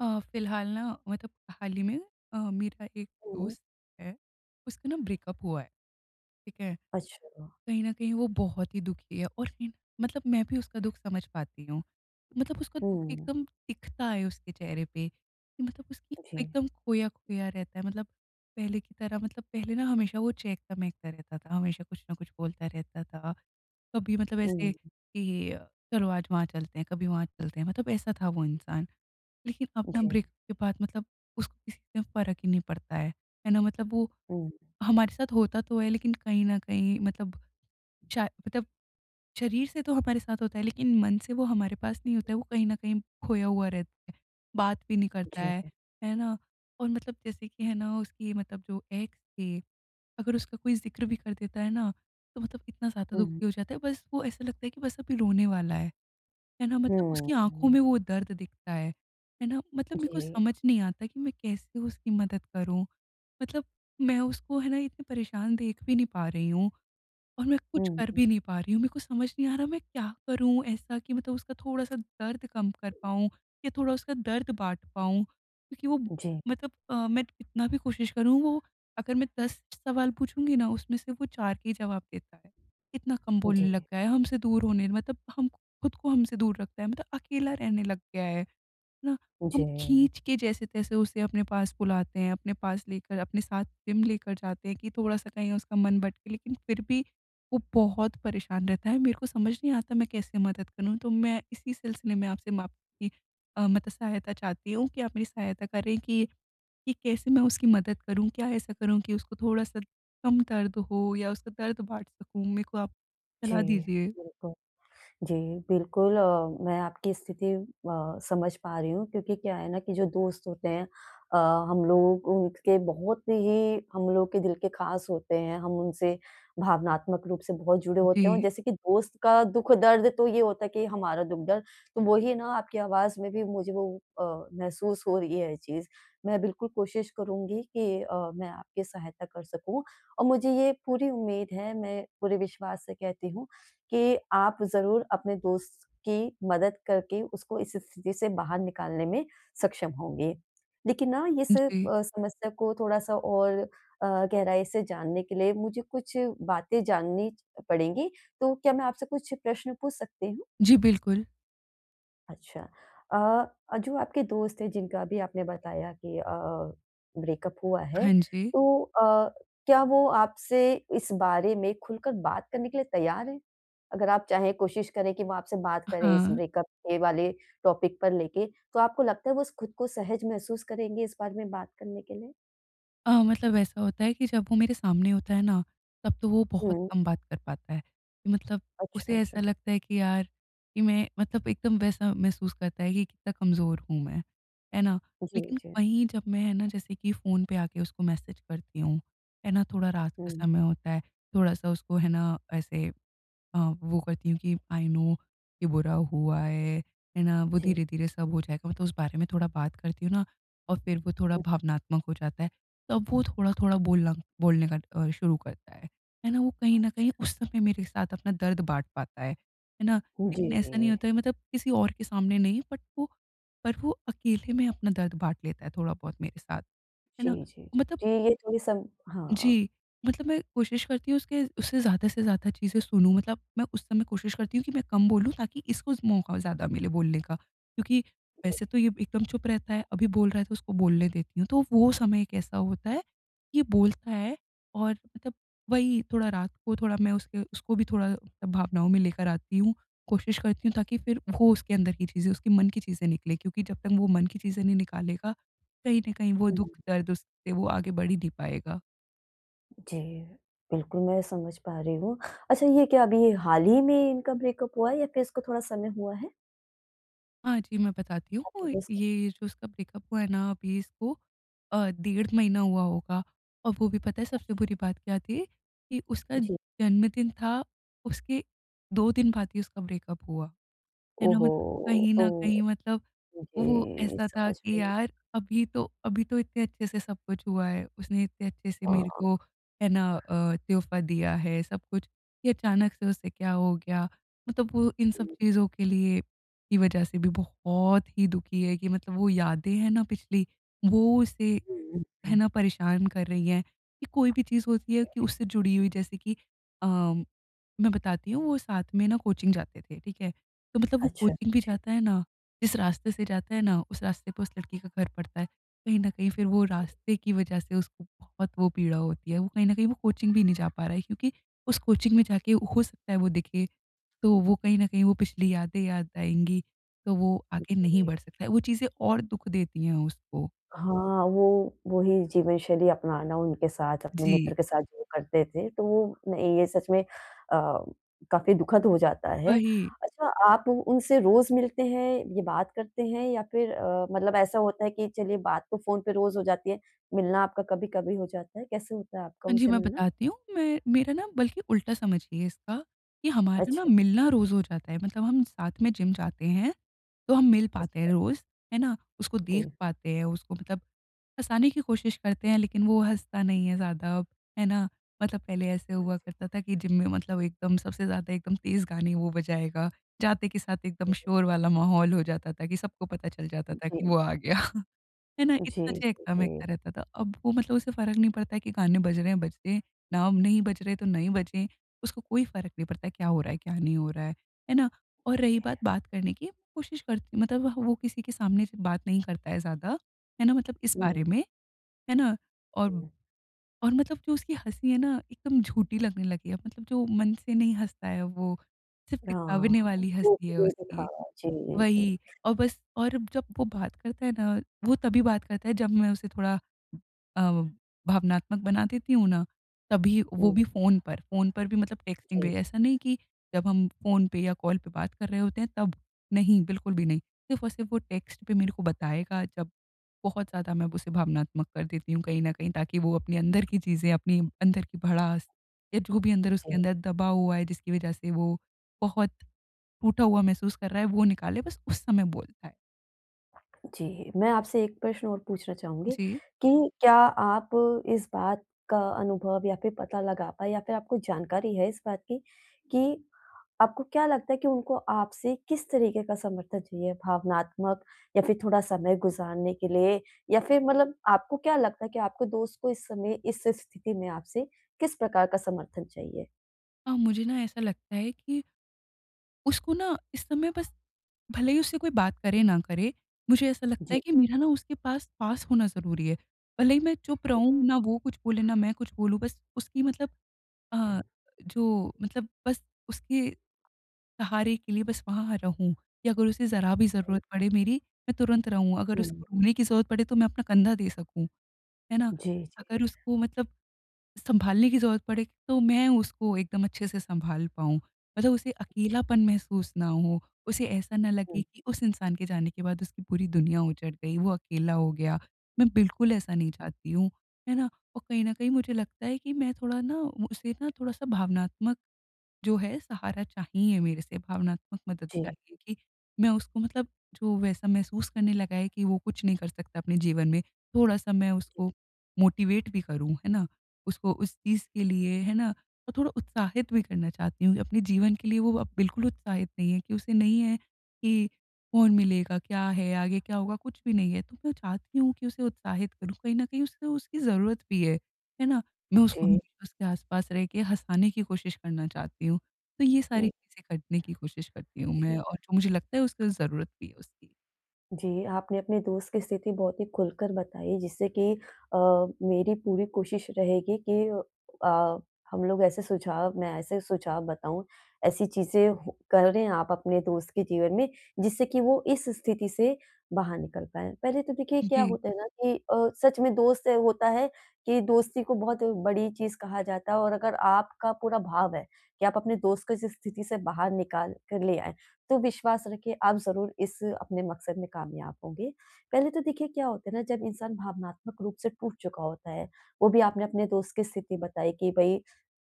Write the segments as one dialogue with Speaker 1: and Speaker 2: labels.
Speaker 1: अ, फिलहाल ना मतलब हाल ही में मेरा एक
Speaker 2: हुँ।
Speaker 1: दोस्त है, उसका ना ब्रेकअप हुआ है, ठीक है?
Speaker 2: अच्छा।
Speaker 1: कहीं न कहीं वो बहुत ही दुखी है और फिर मतलब मैं भी उसका दुःख समझ पाती हूँ। मतलब उसका दुःख
Speaker 2: हुँ।
Speaker 1: एकदम दिखता है उसके चेहरे पे कि मतलब उसकी
Speaker 2: जी।
Speaker 1: एकदम खोया-खोया रहता है मतलब पहले की तरह मतलब पहले ना हमेशा वो चहकता-महकता रहता था, हमेशा कुछ ना कुछ बोलता रहता था। कभी मतलब
Speaker 2: हुँ,
Speaker 1: ऐसे कि चलो आज वहाँ चलते हैं, कभी वहाँ चलते हैं, मतलब ऐसा था वो इंसान। लेकिन अब ना
Speaker 2: जी,
Speaker 1: ब्रेकअप के बाद मतलब उसको किसी से फ़र्क ही नहीं पड़ता है ना? मतलब वो
Speaker 2: हुँ,
Speaker 1: हमारे साथ होता तो है लेकिन कहीं न कहीं मतलब शा मतलब शरीर से तो हमारे साथ होता है लेकिन मन से वो हमारे पास नहीं होता है, वो कहीं न कहीं खोया हुआ रहता है, बात भी नहीं करता
Speaker 2: जी,
Speaker 1: है ना? और मतलब जैसे कि है ना उसकी मतलब जो एक्स थे, अगर उसका कोई ज़िक्र भी कर देता है ना, तो मतलब इतना ज़्यादा
Speaker 2: हुँ,
Speaker 1: दुखी हो जाता है, बस वो ऐसा लगता है कि बस अभी रोने वाला है। है ना? मतलब उसकी आँखों
Speaker 2: हुँ,
Speaker 1: में वो दर्द दिखता है ना? मतलब मेरे को
Speaker 2: जी,
Speaker 1: समझ नहीं आता कि मैं कैसे उसकी मदद करूँ? मतलब मैं उसको है ना इतने परेशान देख भी नहीं पा रही हूँ। और मैं कुछ कर
Speaker 2: हुँ,
Speaker 1: भी नहीं पा रही हूँ। मेरे को समझ नहीं आ रहा मैं क्या करूँ ऐसा कि मतलब उसका थोड़ा-सा दर्द कम कर पाऊँ या थोड़ा उसका दर्द बाँट पाऊँ? क्योंकि वो
Speaker 2: जी,
Speaker 1: मतलब मैं कितना भी कोशिश करूँ वो अगर मैं 10 सवाल पूछूँगी ना उसमें से वो 4 के ही जवाब देता है। इतना कम
Speaker 2: जी,
Speaker 1: बोलने लग गया है हमसे दूर होने मतलब हम खुद को हमसे दूर रखता है मतलब अकेला रहने लग गया है। ना हम
Speaker 2: जी।
Speaker 1: खींच के जैसे-तैसे उसे अपने पास बुलाते हैं, अपने पास लेकर अपने साथ जिम लेकर जाते हैं कि थोड़ा-सा कहीं उसका मन भटके, लेकिन फिर भी वो बहुत परेशान रहता है। मेरे को समझ नहीं आता मैं कैसे मदद करूँ? तो मैं इसी सिलसिले में आपसे माप की मतलब सहायता चाहती हूँ कि आप मेरी सहायता करें कि कैसे मैं उसकी मदद करूँ? क्या ऐसा करूँ कि उसको थोड़ा-सा कम दर्द हो या उसका दर्द बाँट सकूँ? मेरे को आप
Speaker 2: जी,
Speaker 1: सलाह दीजिए।
Speaker 2: बिल्कुल। जी, बिल्कुल। मैं आपकी स्थिति समझ पा रही हूँ क्योंकि क्या है ना कि जो दोस्त होते हैं, अ, हम लोग उनके बहुत ही हम लोग के दिल के ख़ास होते हैं। हम उनसे भावनात्मक रूप से बहुत जुड़े होते हैं और
Speaker 1: जी,
Speaker 2: जैसे कि दोस्त का दुख-दर्द तो ये होता है कि हमारा दुख-दर्द, तो वही ना आपकी आवाज़ में भी मुझे वो अ, महसूस हो रही है चीज़। मैं बिल्कुल कोशिश करूँगी कि मैं आपकी सहायता कर सकूँ और मुझे ये पूरी उम्मीद है, मैं पूरे विश्वास से कहती हूँ कि आप ज़रूर अपने दोस्त की मदद करके उसको इस स्थिति से बाहर निकालने में सक्षम होंगे। लेकिन ना ये
Speaker 1: जी।
Speaker 2: समस्या को थोड़ा-सा और गहराई से जानने के लिए मुझे कुछ बातें जाननी पड़ेंगी, तो क्या मैं आपसे कुछ प्रश्न पूछ सकती हूँ?
Speaker 1: जी, बिल्कुल।
Speaker 2: अच्छा। अ जो आपके दोस्त हैं जिनका अभी आपने बताया कि ब्रेकअप हुआ है,
Speaker 1: हाँ जी।
Speaker 2: तो क्या वो आपसे इस बारे में खुलकर बात करने के लिए तैयार हैं? अगर आप चाहें कोशिश करें कि वो आपसे बात करें इस
Speaker 1: हाँ।
Speaker 2: ब्रेकअप के वाले टॉपिक पर लेके, तो आपको लगता है वो स खुद को सहज महसूस करेंगे इस बारे में बात करने के लिए?
Speaker 1: मतलब ऐसा होता है कि जब वो मेरे सामने होता है ना, तब तो वो बहुत
Speaker 2: हुँ।
Speaker 1: कम बात कर पाता है। कि मतलब
Speaker 2: अच्छा,
Speaker 1: उसे
Speaker 2: अच्छा।
Speaker 1: ऐसा लगता है कि यार कि मैं मतलब एकदम वैसा महसूस करता है कि कितना कमज़ोर हूँ मैं, है ना?
Speaker 2: जी,
Speaker 1: लेकिन
Speaker 2: जी।
Speaker 1: वहीं जब मैं है ना जैसे कि फ़ोन पे आके उसको मैसेज करती हूँ, है ना? थोड़ा रात का
Speaker 2: हुँ,
Speaker 1: समय होता है, थोड़ा-सा उसको है ना ऐसे अ, वो करती हूँ कि आई नो कि बुरा हुआ है ना? वो
Speaker 2: जी।
Speaker 1: धीरे-धीरे सब हो जाएगा, मतलब उस बारे में थोड़ा बात करती हूँ ना और फिर वो थोड़ा
Speaker 2: हुँ,
Speaker 1: भावनात्मक हो जाता है। तब वो थोड़ा-थोड़ा बोलना बोलने का शुरू करता है ना? वो कहीं न
Speaker 2: अच्छा।
Speaker 1: कहीं उस समय मेरे साथ अपना दर्द बाँट पाता है ना?
Speaker 2: जी।
Speaker 1: लेकिन ऐसा नहीं होता है मतलब किसी और के सामने नहीं बट वो पर वो अकेले में अपना दर्द बाँट लेता है थोड़ा बहुत मेरे साथ, है
Speaker 2: जी,
Speaker 1: ना?
Speaker 2: जी, जी।
Speaker 1: मतलब
Speaker 2: जी, ये थोड़ी सम हाँ,
Speaker 1: जी, मतलब मैं कोशिश करती हूँ उसके उससे ज़्यादा से ज़्यादा चीज़ें सुनूँ मतलब मैं उस समय कोशिश करती हूँ कि मैं कम बोलूँ ताकि इसको मौका ज़्यादा मिले बोलने का। क्योंकि
Speaker 2: जी।
Speaker 1: वैसे तो ये एकदम चुप रहता है, अभी बोल रहा है तो उसको बोलने देती हूँ। तो वो समय एक ऐसा होता है, ये बोलता है और मतलब वही थोड़ा रात को थोड़ा मैं उसके उसको भी थोड़ा मतलब भावनाओं में लेकर आती हूँ, कोशिश करती हूँ ताकि फिर वो उसके अंदर की चीज़ें, उसके मन की चीज़ें निकलें क्योंकि जब तक वो मन की चीज़ें नहीं निकालेगा, कहीं न कहीं वो
Speaker 2: हुँ।
Speaker 1: दुःख, दर्द उससे वो आगे बढ़ ही नहीं पाएगा।
Speaker 2: जी, बिल्कुल मैं समझ पा रही हूँ। अच्छा, ये क्या अभी ये हाल ही में इनका ब्रेकअप हुआ है या फिर इसको थोड़ा समय हुआ है?
Speaker 1: हाँ जी, मैं बताती
Speaker 2: आपके
Speaker 1: हूँ।
Speaker 2: दोस्त का?
Speaker 1: ये जो उसका ब्रेकअप हुआ है ना अभी इसको डेढ़ महीना हुआ होगा और वो भी पता है सबसे
Speaker 2: अच्छा,
Speaker 1: बुरी बात क्या थी कि उसका
Speaker 2: जी।
Speaker 1: जन्मदिन था, उसके 2 दिन बाद ही उसका ब्रेकअप हुआ। है ना?
Speaker 2: ओहो!
Speaker 1: मतलब कहीं
Speaker 2: तो
Speaker 1: न कहीं मतलब वो
Speaker 2: जी,
Speaker 1: ऐसा था
Speaker 2: समझ
Speaker 1: कि
Speaker 2: रही हूँ।
Speaker 1: यार अभी तो इतने अच्छे से सब कुछ हुआ है, उसने इतने अच्छे से मेरे
Speaker 2: हाँ,
Speaker 1: को है ना तोहफ़ा दिया है, सब कुछ, ये अचानक से उससे क्या हो गया? मतलब वो इन सब
Speaker 2: हुँ,
Speaker 1: चीज़ों के लिए की वज़ह से भी बहुत ही दुखी है कि मतलब वो यादें हैं ना पिछली, वो उसे
Speaker 2: हुँ,
Speaker 1: है
Speaker 2: हुँ।
Speaker 1: ना परेशान कर रही हैं, कि कोई भी चीज़ होती है कि उससे जुड़ी हुई जैसे कि अम, मैं बताती हूँ वो साथ में ना कोचिंग जाते थे, ठीक है? तो मतलब वो
Speaker 2: अच्छा,
Speaker 1: कोचिंग भी
Speaker 2: जी,
Speaker 1: जाता है ना, जिस रास्ते से जाता है ना उस रास्ते पे उस लड़की का घर पड़ता है। कहीं न कहीं फिर वो रास्ते की वजह से उसको बहुत वो पीड़ा होती है, वो कहीं न कहीं वो कोचिंग भी नहीं जा पा रहा है क्योंकि उस कोचिंग में जाके हो सकता है वो दिखे, तो वो कहीं न कहीं वो पिछली यादें याद आएँगी, तो वो आगे नहीं
Speaker 2: जी।
Speaker 1: बढ़ सकता है। वो चीज़ें और दुःख देती हैं उसको।
Speaker 2: हाँ, वो वही जीवनशैली अपनाना उनके साथ, अपने
Speaker 1: जी,
Speaker 2: मित्र के साथ जो करते थे, तो वो नहीं, ये सच में काफ़ी दुखद हो जाता है।
Speaker 1: वही।
Speaker 2: अच्छा, आप उनसे रोज़ मिलते हैं, ये बात करते हैं या फिर मतलब ऐसा होता है कि चलिए बात तो फ़ोन पे रोज़ हो जाती है, मिलना आपका कभी-कभी हो जाता है, कैसे होता है आपका
Speaker 1: हाँ जी,
Speaker 2: उनसे
Speaker 1: मैं
Speaker 2: मिलना?
Speaker 1: बताती हूँ। मैं मेरा ना बल्कि उल्टा समझिए इसका कि हमारा ना
Speaker 2: अच्छा,
Speaker 1: मिलना रोज़ हो जाता है। मतलब हम साथ में जिम जाते हैं, तो हम मिल पाते हैं
Speaker 2: अच्छा,
Speaker 1: रोज़, है ना? उसको
Speaker 2: जी।
Speaker 1: देख पाते हैं, उसको मतलब हँसाने की कोशिश करते हैं लेकिन वो हँसता नहीं है ज़्यादा अब, है ना? मतलब पहले ऐसे हुआ करता था कि जिम में मतलब एकदम सबसे ज़्यादा एकदम तेज़ गाने वो बजाएगा, जाते के साथ एकदम शोर वाला माहौल हो जाता था कि सबको पता चल जाता था कि
Speaker 2: जी,
Speaker 1: वो आ गया। है ना?
Speaker 2: जी,
Speaker 1: इतना
Speaker 2: जी,
Speaker 1: चहकता
Speaker 2: जी।
Speaker 1: महकता रहता था। अब वो मतलब उसे फ़र्क नहीं पड़ता है कि गाने बज रहे हैं, ना नहीं बज रहे तो नहीं बजे, उसको कोई फ़र्क नहीं पड़ता है क्या हो रहा है, क्या नहीं हो रहा है ना? और रही बात बात करने की, कोशिश करती मतलब वो किसी के सामने से बात नहीं करता है ज़्यादा, है ना? मतलब इस
Speaker 2: हुँ,
Speaker 1: बारे में, है ना? और
Speaker 2: हुँ।
Speaker 1: और मतलब जो उसकी हँसी है ना, एकदम झूठी लगने लगी है, मतलब जो मन से नहीं हँसता है वो, सिर्फ़
Speaker 2: हाँ,
Speaker 1: दिखावने वाली
Speaker 2: वो
Speaker 1: हँसी है
Speaker 2: भी दिखा
Speaker 1: उसकी।
Speaker 2: जी, जी।
Speaker 1: वही और बस और जब वो बात करता है ना, वो तभी बात करता है जब मैं उसे थोड़ा अ, भावनात्मक बना देती हूँ ना, तभी वो
Speaker 2: हुँ,
Speaker 1: भी फ़ोन पर भी मतलब टेक्स्टिंग पे।
Speaker 2: जी,
Speaker 1: ऐसा नहीं कि जब हम फ़ोन पे या कॉल पे बात कर रहे होते हैं तब, नहीं बिल्कुल भी नहीं। सिर्फ़ और सिर्फ़ वो टेक्स्ट पे मेरे को बताएगा जब बहुत ज़्यादा मैं उसे भावनात्मक कर देती हूँ कहीं न कहीं ताकि वो अपने अंदर की चीज़ें, अपनी अंदर की भड़ास या जो भी अंदर उसके अंदर
Speaker 2: जी।
Speaker 1: दबा हुआ है जिसकी वज़ह से वो बहुत टूटा हुआ महसूस कर रहा है वो निकाले बस उस समय बोलता है।
Speaker 2: जी, मैं आपसे एक प्रश्न और पूछना चाहूँगी
Speaker 1: जी।
Speaker 2: कि क्या आप इस बात का अनुभव या फिर पता लगा पाए या फिर आपको जानकारी है इस बात की कि आपको क्या लगता है कि उनको आपसे किस तरीके का समर्थन चाहिए? भावनात्मक या फिर थोड़ा समय गुज़ारने के लिए या फिर मतलब आपको क्या लगता है कि आपके दोस्त को इस समय इस स्थिति में आपसे किस प्रकार का समर्थन चाहिए?
Speaker 1: हाँ, मुझे ना ऐसा लगता है कि उसको ना इस समय बस भले ही उससे कोई बात करे ना करे, मुझे ऐसा लगता है
Speaker 2: जी,
Speaker 1: कि मेरा ना उसके पास पास होना ज़रूरी है। भले ही मैं चुप
Speaker 2: जी,
Speaker 1: रहूँ,
Speaker 2: जी।
Speaker 1: ना वो कुछ बोले ना मैं कुछ बोलूँ बस उसकी मतलब अ, जो मतलब बस उसके सहारे के लिए बस वहाँ रहूँ या अगर उसे ज़रा भी ज़रूरत पड़े मेरी, मैं तुरंत रहूँ। अगर
Speaker 2: हुँ,
Speaker 1: उसको रोने की ज़रूरत पड़े तो मैं अपना कंधा दे सकूँ, है ना?
Speaker 2: जी, जी,
Speaker 1: अगर उसको मतलब सँभालने की ज़रूरत पड़े, तो मैं उसको एकदम अच्छे से सँभाल पाऊँ। मतलब उसे अकेलापन महसूस ना हो, उसे ऐसा ना लगे
Speaker 2: हुँ,
Speaker 1: कि उस इंसान के जाने के बाद उसकी पूरी दुनिया उजड़ गई, वो अकेला हो गया। मैं बिल्कुल ऐसा नहीं चाहती हूँ, है ना? और कहीं न कहीं मुझे लगता है कि मैं थोड़ा ना उसे ना थोड़ा-सा भावनात्मक जो है सहारा चाहिए मेरे से, भावनात्मक मदद
Speaker 2: जी,
Speaker 1: चाहिए कि मैं उसको मतलब जो वैसा महसूस करने लगा है कि वो कुछ नहीं कर सकता अपने जीवन में, थोड़ा-सा मैं उसको मोटिवेट भी करूँ, है ना? उसको उस चीज़ के लिए, है ना? और थोड़ा उत्साहित भी करना चाहती हूँ, कि अपने जीवन के लिए वो अब बिल्कुल उत्साहित नहीं है कि उसे नहीं है कि कौन मिलेगा, क्या है, आगे क्या होगा, कुछ भी नहीं है। तो मैं चाहती हूँ कि उसे उत्साहित करूँ, कहीं न कहीं उससे उसकी ज़रूरत भी है ना? मैं उसको
Speaker 2: जी,
Speaker 1: हमेशा उसके आस-पास रह के हँसाने की कोशिश करना चाहती हूँ। तो ये सारी
Speaker 2: हुँ,
Speaker 1: चीज़ें करने की कोशिश करती हूँ मैं
Speaker 2: जी।
Speaker 1: और जो मुझे लगता है उसको ज़रूरत भी है उसकी।
Speaker 2: जी, आपने अपने दोस्त की स्थिति बहुत ही खुलकर बताई जिससे कि अ, मेरी पूरी कोशिश रहेगी कि अ, हम लोग ऐसे सुझाव मैं ऐसे सुझाव बताऊँ, ऐसी चीज़ें हो करें आप अपने दोस्त के जीवन में, जिससे कि वो इस स्थिति से बाहर निकल पाएँ। पहले तो देखिए क्या
Speaker 1: जी,
Speaker 2: होता है ना कि सच में दोस्त होता है कि दोस्ती को बहुत बड़ी चीज़ कहा जाता है, और अगर आपका पूरा भाव है कि आप अपने दोस्त को इस स्थिति से बाहर निकाल कर ले आएँ, तो विश्वास रखिए आप ज़रूर इस अपने मकसद में कामयाब होंगे। पहले तो देखिए क्या होता है ना, जब इंसान भावनात्मक रूप से टूट चुका होता है, वो भी आपने अपने दोस्त की स्थिति बताई कि भई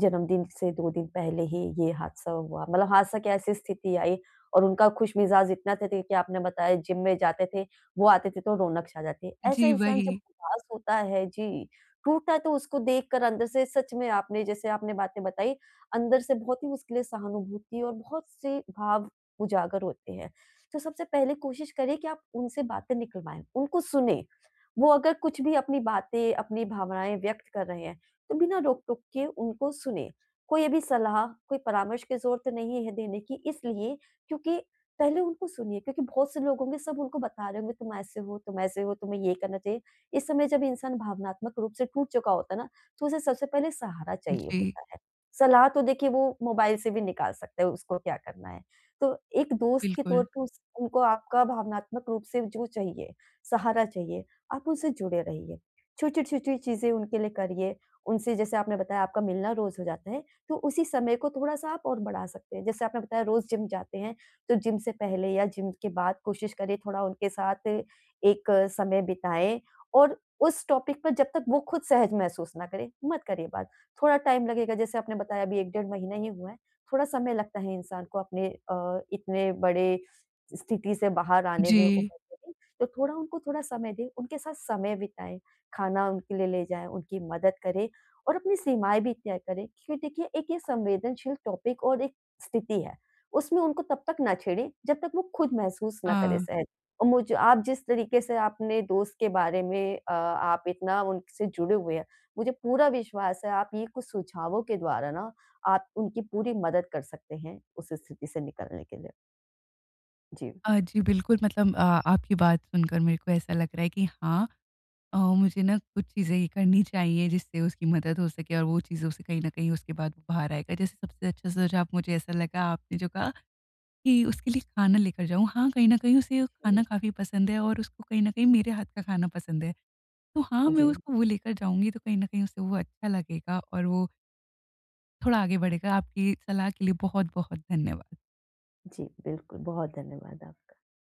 Speaker 2: जन्मदिन से 2 दिन पहले ही ये हादसा हुआ। मतलब हादसा क्या, ऐसी स्थिति आई और उनका खुशमिज़ाज इतना थे कि आपने बताया जिम में जाते थे, वो आते थे तो रौनक छा जाती है। ऐसा
Speaker 1: जी
Speaker 2: इंसान
Speaker 1: वही।
Speaker 2: जब उदास होता है जी, टूटा है, तो उसको देखकर अंदर से सच में आपने बातें बताई, अंदर से बहुत ही उसके लिए सहानुभूति और बहुत से भाव उजागर होते हैं। तो सबसे पहले कोशिश करें कि आप उनसे बातें निकलवाएँ, उनको सुनें। वो अगर कुछ भी अपनी बातें, अपनी भावनाएँ व्यक्त कर रहे हैं, तो बिना रोक-टोक के उनको सुनें। कोई अभी सलाह, कोई परामर्श की ज़रूरत नहीं है देने की, इसलिए क्योंकि पहले उनको सुनिए क्योंकि बहुत से लोग होंगे, सब उनको बता रहे होंगे तुम ऐसे हो, तुम्हें ये करना चाहिए। इस समय जब इंसान भावनात्मक रूप से टूट चुका होता है ना, तो उसे सबसे पहले सहारा चाहिए
Speaker 1: जी,
Speaker 2: होता है। सलाह तो देखिए वो मोबाइल से भी निकाल सकता है उसको क्या करना है। तो एक दोस्त के
Speaker 1: बिल्कुल।
Speaker 2: तौर पे उस उनको आपका भावनात्मक रूप से जो चाहिए, सहारा चाहिए, आप उनसे जुड़े रहिए। छोटी-छोटी चीज़ें उनके लिए करिए, उनसे जैसे आपने बताया आपका मिलना रोज़ हो जाता है, तो उसी समय को थोड़ा-सा आप और बढ़ा सकते हैं। जैसे आपने बताया रोज़ जिम जाते हैं, तो जिम से पहले या जिम के बाद कोशिश करिए थोड़ा उनके साथ एक समय बिताएँ और उस टॉपिक पर, जब तक वो खुद सहज महसूस ना करें, मत करिए बात। थोड़ा टाइम लगेगा, जैसे आपने बताया अभी 1 डेढ़ महीना ही हुआ है। थोड़ा समय लगता है इंसान को अपने इतने बड़े स्थिति से बाहर आने में,
Speaker 1: जी,
Speaker 2: उभरने में। तो थोड़ा उनको थोड़ा समय दें, उनके साथ समय बिताएँ, खाना उनके लिए ले जाएँ, उनकी मदद करें और अपनी सीमाएँ भी तय करें क्योंकि देखिए एक ये संवेदनशील टॉपिक और एक स्थिति है, उसमें उनको तब तक ना छेड़ें जब तक वो खुद महसूस ना करें
Speaker 1: हाँ।
Speaker 2: सहज। और मुझे, आप जिस तरीके से आपने दोस्त के बारे में आप इतना उनसे जुड़े हुए हैं, मुझे पूरा विश्वास है आप ये कुछ सुझावों के द्वारा ना आप उनकी पूरी मदद कर सकते हैं उस स्थिति से निकलने के लिए। जी।
Speaker 1: जी बिल्कुल मतलब आपकी बात सुनकर मेरे को ऐसा लग रहा है कि हाँ मुझे ना कुछ चीज़ें ये करनी चाहिए जिससे उसकी मदद हो सके और वो चीज़ों से कहीं न कहीं उसके बाद वो बाहर आएगा। जैसे सबसे अच्छा सुझाव मुझे ऐसा लगा आपने जो कहा कि उसके लिए खाना लेकर जाऊँ। हाँ, कहीं न कहीं उसे खाना
Speaker 2: जी।
Speaker 1: काफ़ी पसंद है और उसको कहीं न कहीं मेरे हाथ का खाना पसंद है। तो हाँ, मैं
Speaker 2: जी,
Speaker 1: उसको वो लेकर जाऊँगी तो कहीं न कहीं उसे वो अच्छा लगेगा और वो थोड़ा आगे बढ़ेगा। आपकी सलाह के लिए बहुत-बहुत धन्यवाद।
Speaker 2: जी, बिल्कुल, बहुत धन्यवाद आप